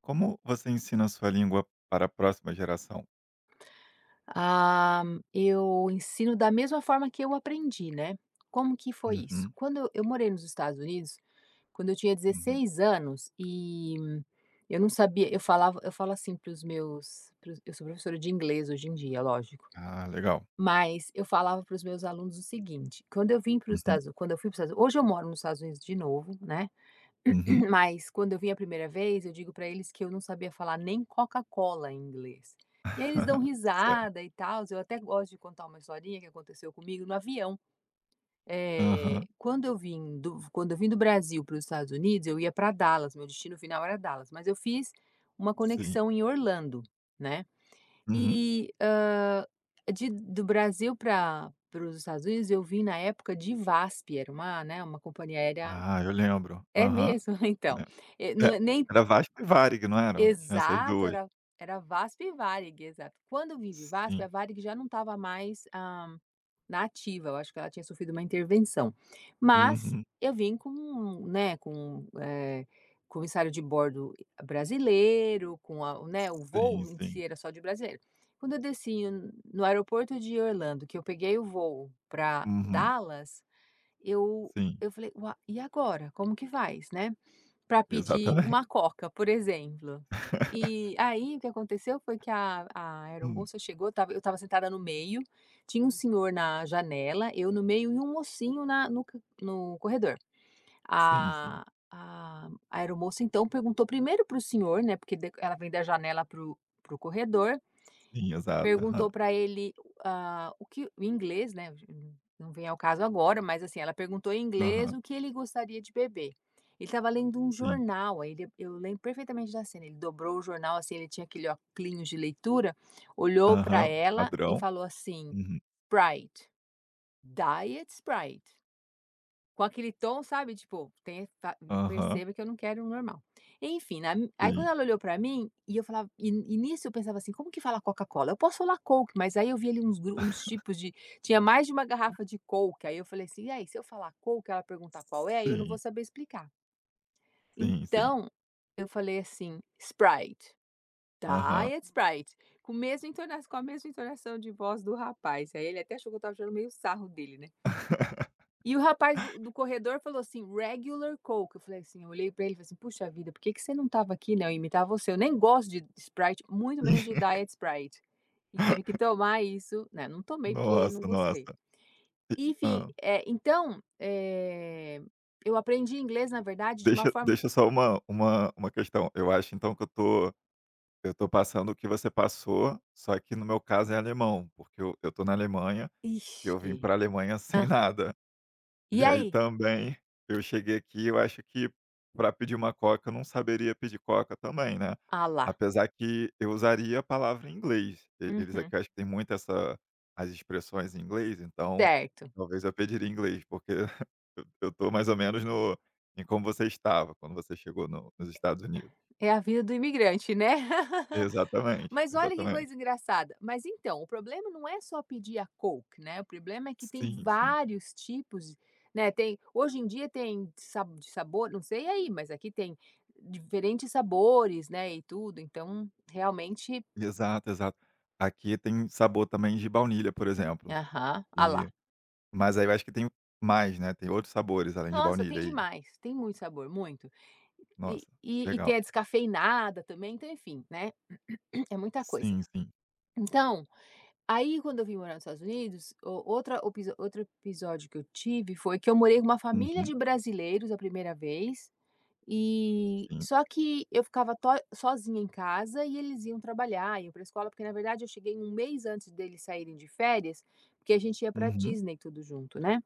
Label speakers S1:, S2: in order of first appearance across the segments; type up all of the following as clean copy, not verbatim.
S1: Como você ensina a sua língua para a próxima geração?
S2: Ah, eu ensino da mesma forma que eu aprendi, né. Como que foi isso?
S1: Uhum,
S2: Quando eu morei nos Estados Unidos, quando eu tinha
S1: uhum.
S2: 16 anos, eu não sabia eu falava eu falo assim para os meus para eu sou professora de inglês hoje em dia, lógico.
S1: Ah, legal.
S2: Mas eu falava para os meus alunos o seguinte: quando eu vim para os
S1: Uhum,
S2: Estados quando eu fui para os Estados, hoje eu moro nos Estados Unidos de novo, né.
S1: uhum.
S2: Mas quando eu vim a primeira vez, eu digo para eles que eu não sabia falar nem Coca-Cola em inglês. E aí eles dão
S1: Certo.
S2: risada e tal. Eu até gosto de contar uma historinha que aconteceu comigo no avião.
S1: Aham,
S2: Quando eu vim do quando eu vim do Brasil para os Estados Unidos, eu ia para Dallas, meu destino final era Dallas, mas eu fiz uma
S1: sim.
S2: conexão em Orlando, né.
S1: Uhum.
S2: E, de do Brasil pra para os Estados Unidos, eu vim na época de VASP, era uma, né, uma companhia aérea,
S1: Ah, eu lembro.
S2: é
S1: Aham.
S2: mesmo?
S1: Eu
S2: Então,
S1: lembro.
S2: não
S1: É,
S2: é nem.
S1: era Vasco e Varig, não eram? Tinha essas
S2: Exato,
S1: 2.
S2: era VASP e Varig, exato. Quando eu vim de VASP, a
S1: Sim.
S2: Varig já não estava mais, na ativa, eu acho que ela tinha sofrido uma intervenção. Mas
S1: Uhum.
S2: eu vim com, né, com, comissário de bordo brasileiro, com a, né, o
S1: Sim,
S2: voo em
S1: sim.
S2: si era só de brasileiro. Quando eu desci no aeroporto de Orlando, que eu peguei o voo para
S1: Uhum.
S2: Dallas, eu
S1: Sim,
S2: eu falei: "Ua, e agora? Como que faz?", né, para pedir
S1: exatamente.
S2: uma coca, por exemplo. E aí o que aconteceu foi que a
S1: Hum.
S2: estava, eu estava sentada no meio, tinha um senhor na janela, eu no meio e um mocinho na no ca no corredor.
S1: Sim, sim.
S2: A a aeromoça então perguntou primeiro para o senhor, né, porque de ela vem da janela para para o corredor.
S1: Sim, exato. Aham.
S2: Perguntou para ele, ah, o que em inglês, né, não vem ao caso agora, mas assim, ela perguntou em inglês
S1: Aham.
S2: o que ele gostaria de beber. Ele estava lendo um
S1: Sim.
S2: jornal, aí ele, eu lembro perfeitamente da cena, ele dobrou o jornal, assim, ele tinha aquele óculinhos de leitura, olhou para
S1: Aham.
S2: ela e
S1: Padrão.
S2: falou assim:
S1: Uhum.
S2: "Sprite, Diet Sprite". Com aquele tom, sabe, tipo, tem fa
S1: Aham.
S2: perceba que eu não quero o normal. Enfim, aí quando
S1: Sim.
S2: ela olhou pra mim, e nisso eu pensava assim: "Como que fala Coca-Cola? Eu posso falar Coke", mas aí eu vi ali uns tipos de, tinha mais de uma garrafa de Coke, aí eu falei assim: "E aí, se eu falar Coke, ela perguntar qual é, aí eu não vou
S1: Sim,
S2: saber explicar".
S1: sim, sim.
S2: Então, eu falei assim: "Sprite,
S1: Aham.
S2: Diet Sprite", com a mesma entonação de voz do rapaz. Aí ele até achou que eu estava tirando meio sarro dele, né. E o rapaz do corredor falou assim: "Regular Coke", eu falei assim, eu olhei pra ele e falei assim: "Puxa vida, por que que você não estava aqui, né, eu ia imitar você, eu nem gosto de Sprite, muito menos de
S1: Sim.
S2: Diet Sprite". E tive que tomar isso, né, não tomei porque não
S1: Nossa,
S2: gostei.
S1: nossa. E
S2: Enfim,
S1: hã.
S2: então, eu aprendi inglês, na verdade, de uma
S1: Deixa
S2: forma.
S1: deixa só uma questão. Eu acho então que eu tô passando o que você passou, só que no meu caso é alemão, porque eu tô na Alemanha e eu vim
S2: Ixi,
S1: pra Alemanha
S2: hã.
S1: sem nada.
S2: E
S1: E aí
S2: aí?
S1: também, eu cheguei aqui, eu acho que para pedir uma coca eu não saberia pedir coca também, né.
S2: Ah lá.
S1: Apesar que eu usaria a palavra em inglês, e eles
S2: Uhum.
S1: aqui eu acho que tem muito essa as expressões em inglês, então
S2: Certo.
S1: talvez eu pediria em inglês, porque eu tô mais ou menos no em como você estava quando você chegou no nos Estados Unidos.
S2: É a vida do imigrante, né.
S1: Exatamente,
S2: Mas olha que
S1: exatamente.
S2: coisa engraçada. Mas então, o problema não é só pedir a Coke, né, o problema é que tem
S1: Sim, sim.
S2: vários tipos, né, tem hoje em dia tem sa de sabor, não sei aí, mas aqui tem diferentes sabores, né, e tudo, então realmente
S1: Exato, exato. Aqui tem sabor também de baunilha, por exemplo.
S2: aham, ah lá.
S1: Mas aí eu acho que tem mais, né, tem outros sabores além de
S2: Nossa, tem
S1: baunilha aí.
S2: demais, tem muito sabor, muito. E
S1: Nossa,
S2: e tem
S1: legal.
S2: a descafeinada também, então enfim, né, é muita coisa.
S1: Sim, sim.
S2: Então, aí, quando eu vim morar nos Estados Unidos, o outra opis outro episódio que eu tive foi que eu morei com uma família de
S1: Uhum,
S2: brasileiros a primeira vez, e
S1: sim.
S2: só que eu ficava to sozinha em casa e eles iam trabalhar, iam para escola, porque na verdade eu cheguei um mês antes deles saírem de férias, porque a gente ia para
S1: Uhum.
S2: Disney tudo junto, né.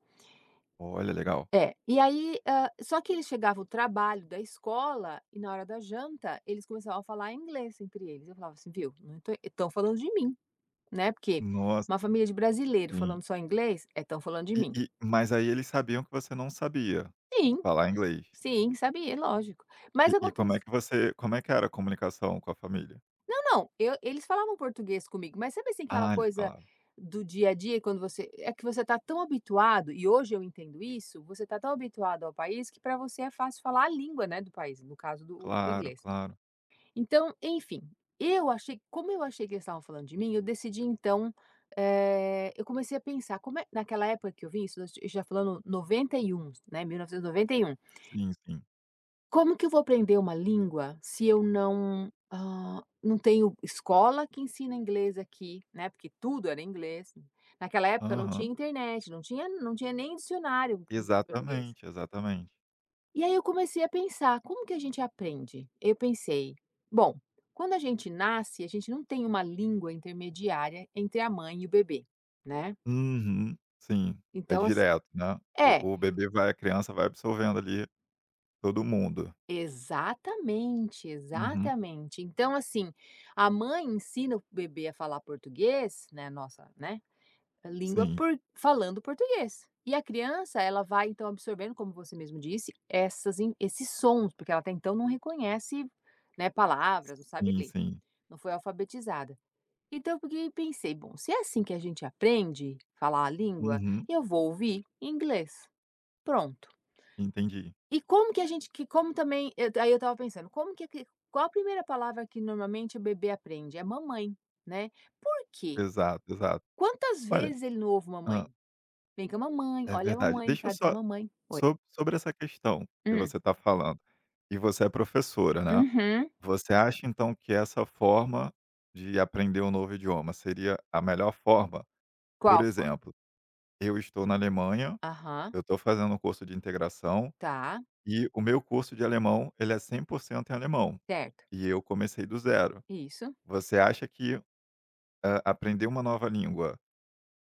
S1: Olha, legal.
S2: É, e aí, só que eles chegavam do trabalho, da escola, e na hora da janta, eles começavam a falar inglês entre eles. Eu falava assim: "Viu, estão falando de mim". Né, porque
S1: Nossa,
S2: uma família de brasileiro
S1: sim.
S2: falando só inglês, é estão falando de
S1: E
S2: mim.
S1: e mas aí eles sabiam que você não sabia
S2: Sim,
S1: falar inglês.
S2: sim, sabia, lógico. Mas
S1: E
S2: acontece,
S1: como é que era a comunicação com a família?
S2: não, não, eu, eles falavam português comigo, mas sabe, assim, aquela
S1: Ah, eles
S2: coisa
S1: falavam.
S2: do dia a dia quando você é que você tá tão habituado, e hoje eu entendo isso, você tá tão habituado ao país que para você é fácil falar a língua, né, do país, no caso do
S1: Claro,
S2: inglês.
S1: claro.
S2: Então, enfim, eu achei, como eu achei que eles estavam falando de mim, eu decidi então, eu comecei a pensar, como é naquela época que eu vim, isso nós já falando 91, né, 1991.
S1: Sim, sim.
S2: Como que eu vou aprender uma língua se eu não, não tenho escola que ensina inglês aqui, né, porque tudo era inglês. Naquela época não tinha
S1: Aham.
S2: internet, não tinha nem dicionário em português.
S1: Exatamente, exatamente.
S2: E aí eu comecei a pensar, como que a gente aprende? Eu pensei, bom, quando a gente nasce, a gente não tem uma língua intermediária entre a mãe e o bebê, né?
S1: Uhum. Sim, é
S2: Então, assim,
S1: direto, né.
S2: é,
S1: O bebê vai a criança vai absorvendo ali todo mundo.
S2: exatamente,
S1: Uhum.
S2: exatamente. Então, assim, a mãe ensina o bebê a falar português, né, nossa, né, língua
S1: Sim,
S2: por, falando português. E a criança, ela vai então absorvendo, como você mesmo disse, essas, esses sons, porque ela até então não reconhece, né, palavras, não sabe
S1: sim,
S2: ler.
S1: sim.
S2: Não foi alfabetizada. Então, porque pensei, bom, se é assim que a gente aprende falar a língua,
S1: Uhum,
S2: eu vou ouvir inglês. Pronto.
S1: entendi.
S2: E como que a gente, que como também, aí eu tava pensando, como que, qual a primeira palavra que normalmente o bebê aprende? É mamãe, né? Por quê?
S1: Exato, exato.
S2: Quantas
S1: Olha,
S2: vezes ele não ouve
S1: hã,
S2: mamãe? Vem com a mamãe,
S1: é
S2: olha a
S1: verdade.
S2: mamãe,
S1: Deixa eu
S2: cadê a
S1: só
S2: mamãe? Oi.
S1: sobre essa questão que
S2: Hum,
S1: você está falando, e você é professora, né.
S2: uhum.
S1: Você acha então que essa forma de aprender um novo idioma seria a melhor forma? Por
S2: Qual forma?
S1: exemplo, eu estou na Alemanha,
S2: Aham,
S1: eu estou fazendo um curso de integração
S2: tá,
S1: e o meu curso de alemão, ele é 100% em alemão,
S2: certo.
S1: e eu comecei do zero.
S2: Isso.
S1: Você acha que, aprender uma nova língua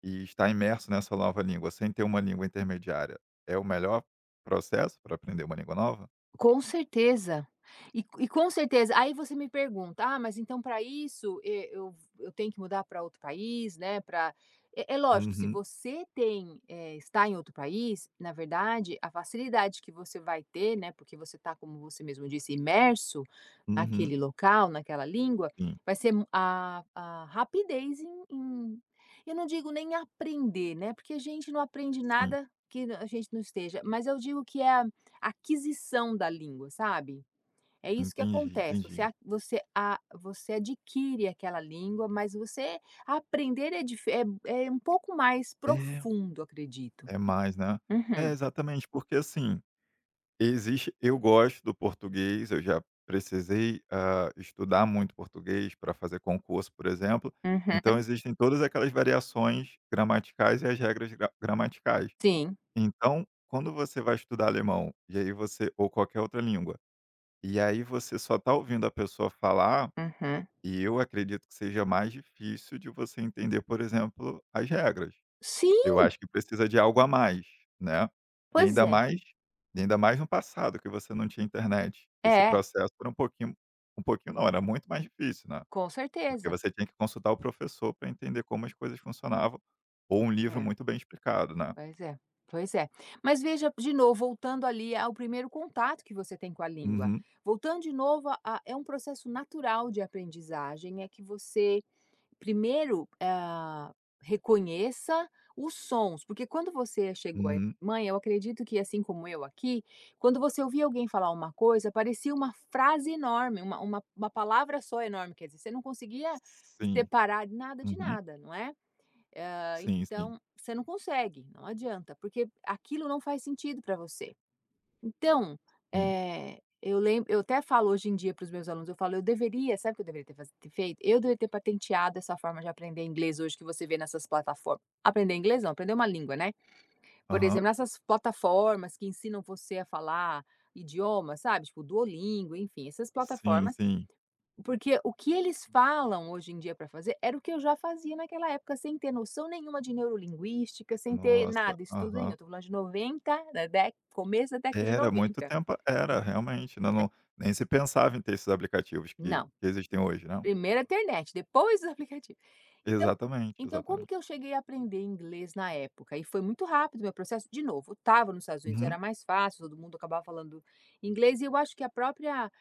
S1: e estar imerso nessa nova língua, sem ter uma língua intermediária, é o melhor processo para aprender uma língua nova?
S2: Com certeza. E com certeza aí você me pergunta: "Ah, mas então para isso, eu tenho que mudar para outro país, né, pra". É é lógico, se
S1: Uhum,
S2: você tem, está em outro país, na verdade, a facilidade que você vai ter, né, porque você está, como você mesmo disse, imerso
S1: uhum.
S2: naquele local, naquela língua,
S1: Sim,
S2: vai ser mu a rapidez em eu não digo nem aprender, né, porque a gente não aprende
S1: sim.
S2: nada que a gente não esteja, mas eu digo que é a aquisição da língua, sabe? É isso que
S1: Entendi,
S2: acontece. Você,
S1: entendi.
S2: você, você adquire aquela língua, mas você aprender é, é, é um pouco mais
S1: É,
S2: profundo, acredito.
S1: é mais, né. É,
S2: Uhum,
S1: exatamente, porque assim, existe eu gosto do português, eu já precisei, estudar muito português para fazer concurso, por exemplo,
S2: uhum,
S1: então existem todas aquelas variações gramaticais e as regras gramaticais.
S2: sim,
S1: Então, quando você vai estudar alemão, e aí você ou qualquer outra língua. E aí você só está ouvindo a pessoa falar,
S2: uhum.
S1: e eu acredito que seja mais difícil de você entender, por exemplo, as regras. Eu
S2: Sim,
S1: acho que precisa de algo a mais, né. E
S2: pois
S1: ainda
S2: é.
S1: mais e ainda mais no passado que você não tinha internet. Esse
S2: É,
S1: processo era um pouquinho, um pouquinho não, era muito mais difícil, né,
S2: com
S1: porque
S2: certeza.
S1: você tinha que consultar o professor para entender como as coisas funcionavam, ou um livro
S2: É,
S1: muito bem explicado, né.
S2: pois é. Pois é. Mas veja, de novo, voltando ali ao primeiro contato que você tem com a língua.
S1: Uhum,
S2: Voltando de novo, é um processo natural de aprendizagem, é que você primeiro, ah, reconheça os sons, porque quando você chegou aí,
S1: uhum.
S2: mãe, eu acredito que assim como eu aqui, quando você ouvia alguém falar uma coisa, parecia uma frase enorme, uma uma palavra só enorme, quer dizer, você não conseguia
S1: Sim.
S2: separar nada de
S1: Uhum.
S2: nada, não é? Hã,
S1: Sim, sim,
S2: então, você não consegue, não adianta, porque aquilo não faz sentido para você. Então,
S1: sim.
S2: eu lembro, eu até falo hoje em dia para os meus alunos, eu falo: "Eu deveria", sabe o que eu deveria ter feito? Eu deveria ter patenteado essa forma de aprender inglês hoje que você vê nessas plataformas. Aprender inglês não, aprender uma língua, né. Por
S1: Aham.
S2: exemplo, nessas plataformas que ensinam você a falar idiomas, sabe, tipo Duolingo, enfim, essas
S1: Sim,
S2: plataformas,
S1: sim.
S2: porque o que eles falam hoje em dia para fazer era o que eu já fazia naquela época sem ter noção nenhuma de neurolinguística, sem ter
S1: Nossa,
S2: nada, estudo nenhum.
S1: aham.
S2: Estou falando de 90, da dé começo da década de
S1: Era muito
S2: 90.
S1: tempo, era, realmente, ainda nem se pensava em ter esses aplicativos que
S2: Não,
S1: que existem hoje, né.
S2: primeiro a internet, depois os aplicativos. Então
S1: Exatamente,
S2: então como
S1: exatamente.
S2: que eu cheguei a aprender inglês na época? E foi muito rápido o meu processo. De novo, eu estava nos Estados Unidos, era
S1: Uhum.
S2: mais fácil, todo mundo acabava falando inglês e eu acho que a própria,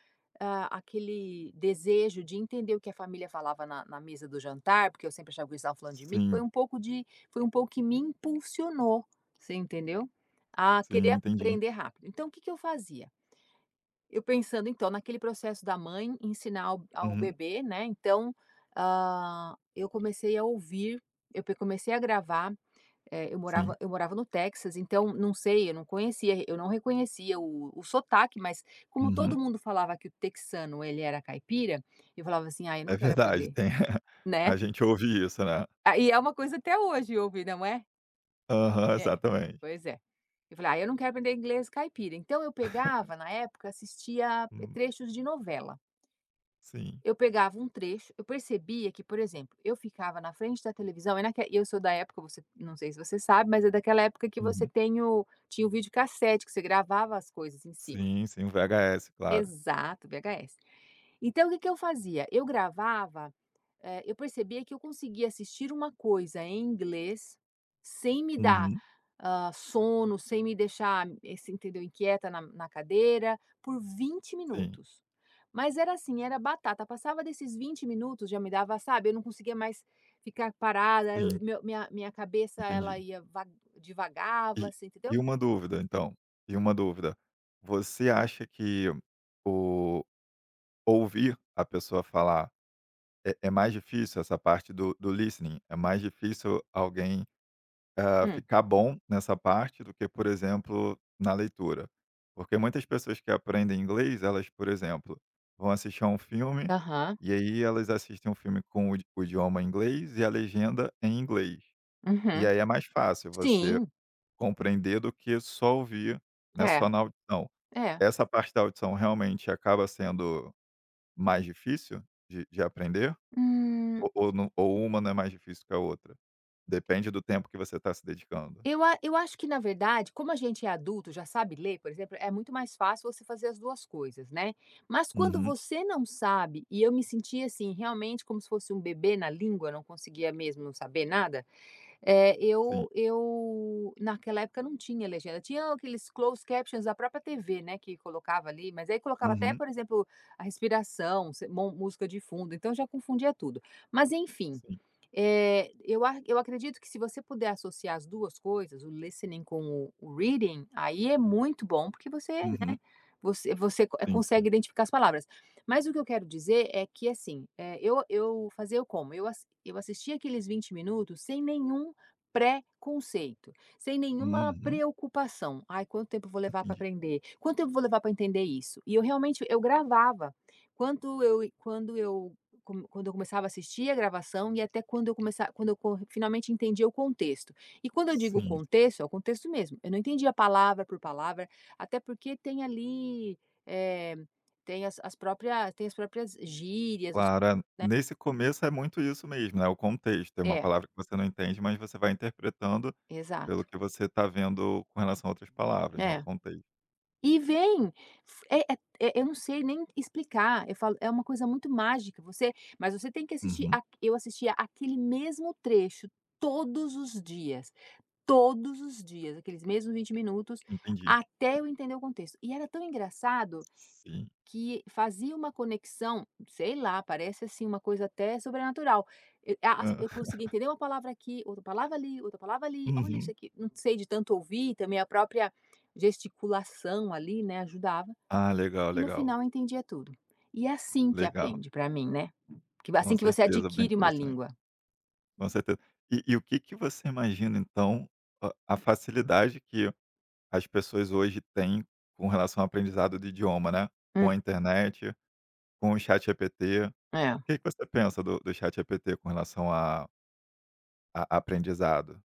S2: ah, aquele desejo de entender o que a família falava na mesa do jantar, porque eu sempre achava que eles estavam falando de mim, foi
S1: Sim,
S2: um pouco de, foi um pouco que me impulsionou, você entendeu? A querer
S1: sim, entendi.
S2: aprender rápido. Então o que que eu fazia? Eu pensando então naquele processo da mãe ensinar ao
S1: Uhum,
S2: bebê, né, então, eu comecei a ouvir, eu pe comecei a gravar, eu morava
S1: sim.
S2: eu morava no Texas, então não sei, eu não conhecia, eu não reconhecia o sotaque, mas como
S1: Uhum.
S2: todo mundo falava que o texano ele era caipira, eu falava assim: "Ai, eu não
S1: É
S2: quero
S1: verdade,
S2: aprender",
S1: tem a
S2: né.
S1: gente ouve isso, né.
S2: Ah, e é uma coisa até hoje ouvir, não é?
S1: Aham,
S2: É,
S1: exatamente.
S2: pois é. Eu falei: "Ah, eu não quero aprender inglês caipira", então eu pegava na época assistia
S1: Hum,
S2: trechos de novela.
S1: sim.
S2: Eu pegava um trecho, eu percebia que, por exemplo, eu ficava na frente da televisão, é naque eu sou da época, você não sei se você sabe, mas é daquela época que você
S1: Uhum.
S2: tem o tinha o videocassete que você gravava as coisas em cima.
S1: Sim, sim, o VHS, claro.
S2: Exato, VHS. Então o que que eu fazia? Eu gravava, eu percebia que eu conseguia assistir uma coisa em inglês sem me dar,
S1: Uhum.
S2: sono, sem me deixar, você entendeu, inquieta na cadeira, por vinte
S1: Sim,
S2: minutos. Mas era assim, era batata, passava desses 20 minutos já me dava, sabe, eu não conseguia mais ficar parada, eu
S1: sim,
S2: meu minha cabeça ela
S1: entendi.
S2: ia va divagava,
S1: E
S2: você entendeu?
S1: e uma dúvida, então, e uma dúvida, você acha que o ouvir a pessoa falar é mais difícil, essa parte do listening, é mais difícil alguém,
S2: Hum,
S1: ficar bom nessa parte do que, por exemplo, na leitura. Porque muitas pessoas que aprendem inglês, elas, por exemplo, vão assistir a um filme,
S2: aham,
S1: e aí elas assistem um filme com o idioma inglês e a legenda em inglês. E
S2: uhum.
S1: aí é mais fácil você
S2: Sim,
S1: compreender do que só ouvir, né,
S2: é,
S1: só na audição.
S2: é.
S1: Essa parte da audição realmente acaba sendo mais difícil de aprender?
S2: Hum.
S1: Ou não, ou uma não é mais difícil que a outra? Depende do tempo que você está se dedicando.
S2: Eu acho que na verdade, como a gente é adulto, já sabe ler, por exemplo, é muito mais fácil você fazer as 2 coisas, né. Mas quando
S1: Uhum.
S2: você não sabe, e eu me sentia assim, realmente como se fosse um bebê na língua, não conseguia mesmo não saber nada, eh,
S1: Sim.
S2: eu eu naquela época não tinha legenda, tinha aqueles closed captions da própria TV, né, que colocava ali, mas aí colocava até,
S1: Uhum.
S2: por exemplo, a respiração, se mon música de fundo, então já confundia tudo. Mas enfim,
S1: Sim.
S2: eu acredito que se você puder associar as 2 coisas, o listening com o reading, aí é muito bom, porque você, né,
S1: Uhum.
S2: você
S1: Sim, sim.
S2: consegue identificar as palavras. Mas o que eu quero dizer é que, assim, eu fazia eu como? Eu assistia aqueles 20 minutos sem nenhum pré-conceito, sem nenhuma
S1: Uhum.
S2: preocupação. "Ai, quanto tempo eu vou levar para
S1: Entendi.
S2: aprender? Quanto tempo eu vou levar para entender isso?". E eu realmente eu gravava. Quando eu quando eu quando eu começava a assistir a gravação e até quando eu começava, quando eu co finalmente entendia o contexto. E quando eu digo
S1: Sim, sim.
S2: contexto, é o contexto mesmo, eu não entendia palavra por palavra, até porque tem ali, eh, tem as próprias gírias, os,
S1: Claro, é.
S2: né,
S1: Nesse começo é muito isso mesmo, né, o contexto. É uma
S2: é,
S1: palavra que você não entende, mas você vai interpretando
S2: exato.
S1: pelo que você está vendo com relação a outras palavras, né, o
S2: É.
S1: contexto.
S2: E vem, f é é é eu não sei nem explicar, eu falo é uma coisa muito mágica, você, mas você tem que assistir
S1: Uhum.
S2: a, eu assistia aquele mesmo trecho todos os dias. Todos os dias, aqueles mesmos 20 minutos,
S1: Entendi.
S2: até eu entender o contexto. E era tão engraçado
S1: Sim.
S2: que fazia uma conexão, sei lá, parece assim uma coisa até sobrenatural. Eu,
S1: Hã.
S2: eu conseguia entender uma palavra aqui, outra palavra ali, outra palavra ali. Olha isso
S1: Uhum.
S2: aqui, não sei, de tanto ouvir, também a própria gesticulação ali, né, ajudava.
S1: Ah, legal,
S2: E no
S1: legal.
S2: final eu entendia tudo. E é assim que
S1: Legal.
S2: aprende para mim, né? Que
S1: Com
S2: assim que você
S1: certeza, bem
S2: adquire uma
S1: interessante.
S2: língua.
S1: Com certeza. E o que que você imagina então, a facilidade que as pessoas hoje têm com relação ao aprendizado do idioma, né,
S2: Hum,
S1: com a internet, com o chat ChatGPT. O
S2: é.
S1: que que você pensa do chat ChatGPT com relação a aprendizado?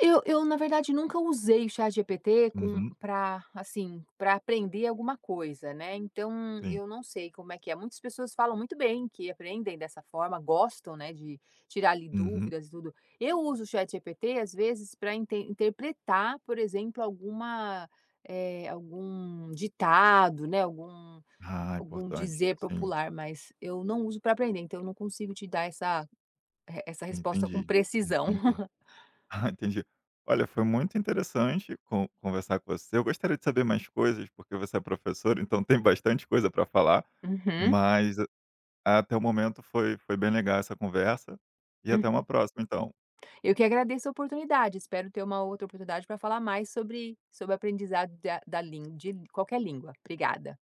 S2: Eu na verdade nunca usei o ChatGPT com
S1: Uhum,
S2: pra, assim, para aprender alguma coisa, né, então
S1: sim.
S2: eu não sei como é que é. Muitas pessoas falam muito bem que aprendem dessa forma, gostam, né, de tirar ali
S1: Uhum.
S2: dúvidas e tudo. Eu uso o ChatGPT, às vezes, para interpretar, por exemplo, alguma, algum ditado, né,
S1: Ah,
S2: algum
S1: importante.
S2: dizer
S1: Sim,
S2: popular, mas eu não uso para aprender, então eu não consigo te dar essa, essa resposta com
S1: entendi,
S2: precisão.
S1: entendi. Ah, entendi. Olha, foi muito interessante conversar com você. Eu gostaria de saber mais coisas, porque você é professor, então tem bastante coisa para falar, mas até o momento foi bem legal essa conversa, e até
S2: Uhum.
S1: uma próxima então.
S2: Eu que agradeço a oportunidade, espero ter uma outra oportunidade para falar mais sobre o aprendizado da da lin de qualquer língua. Obrigada.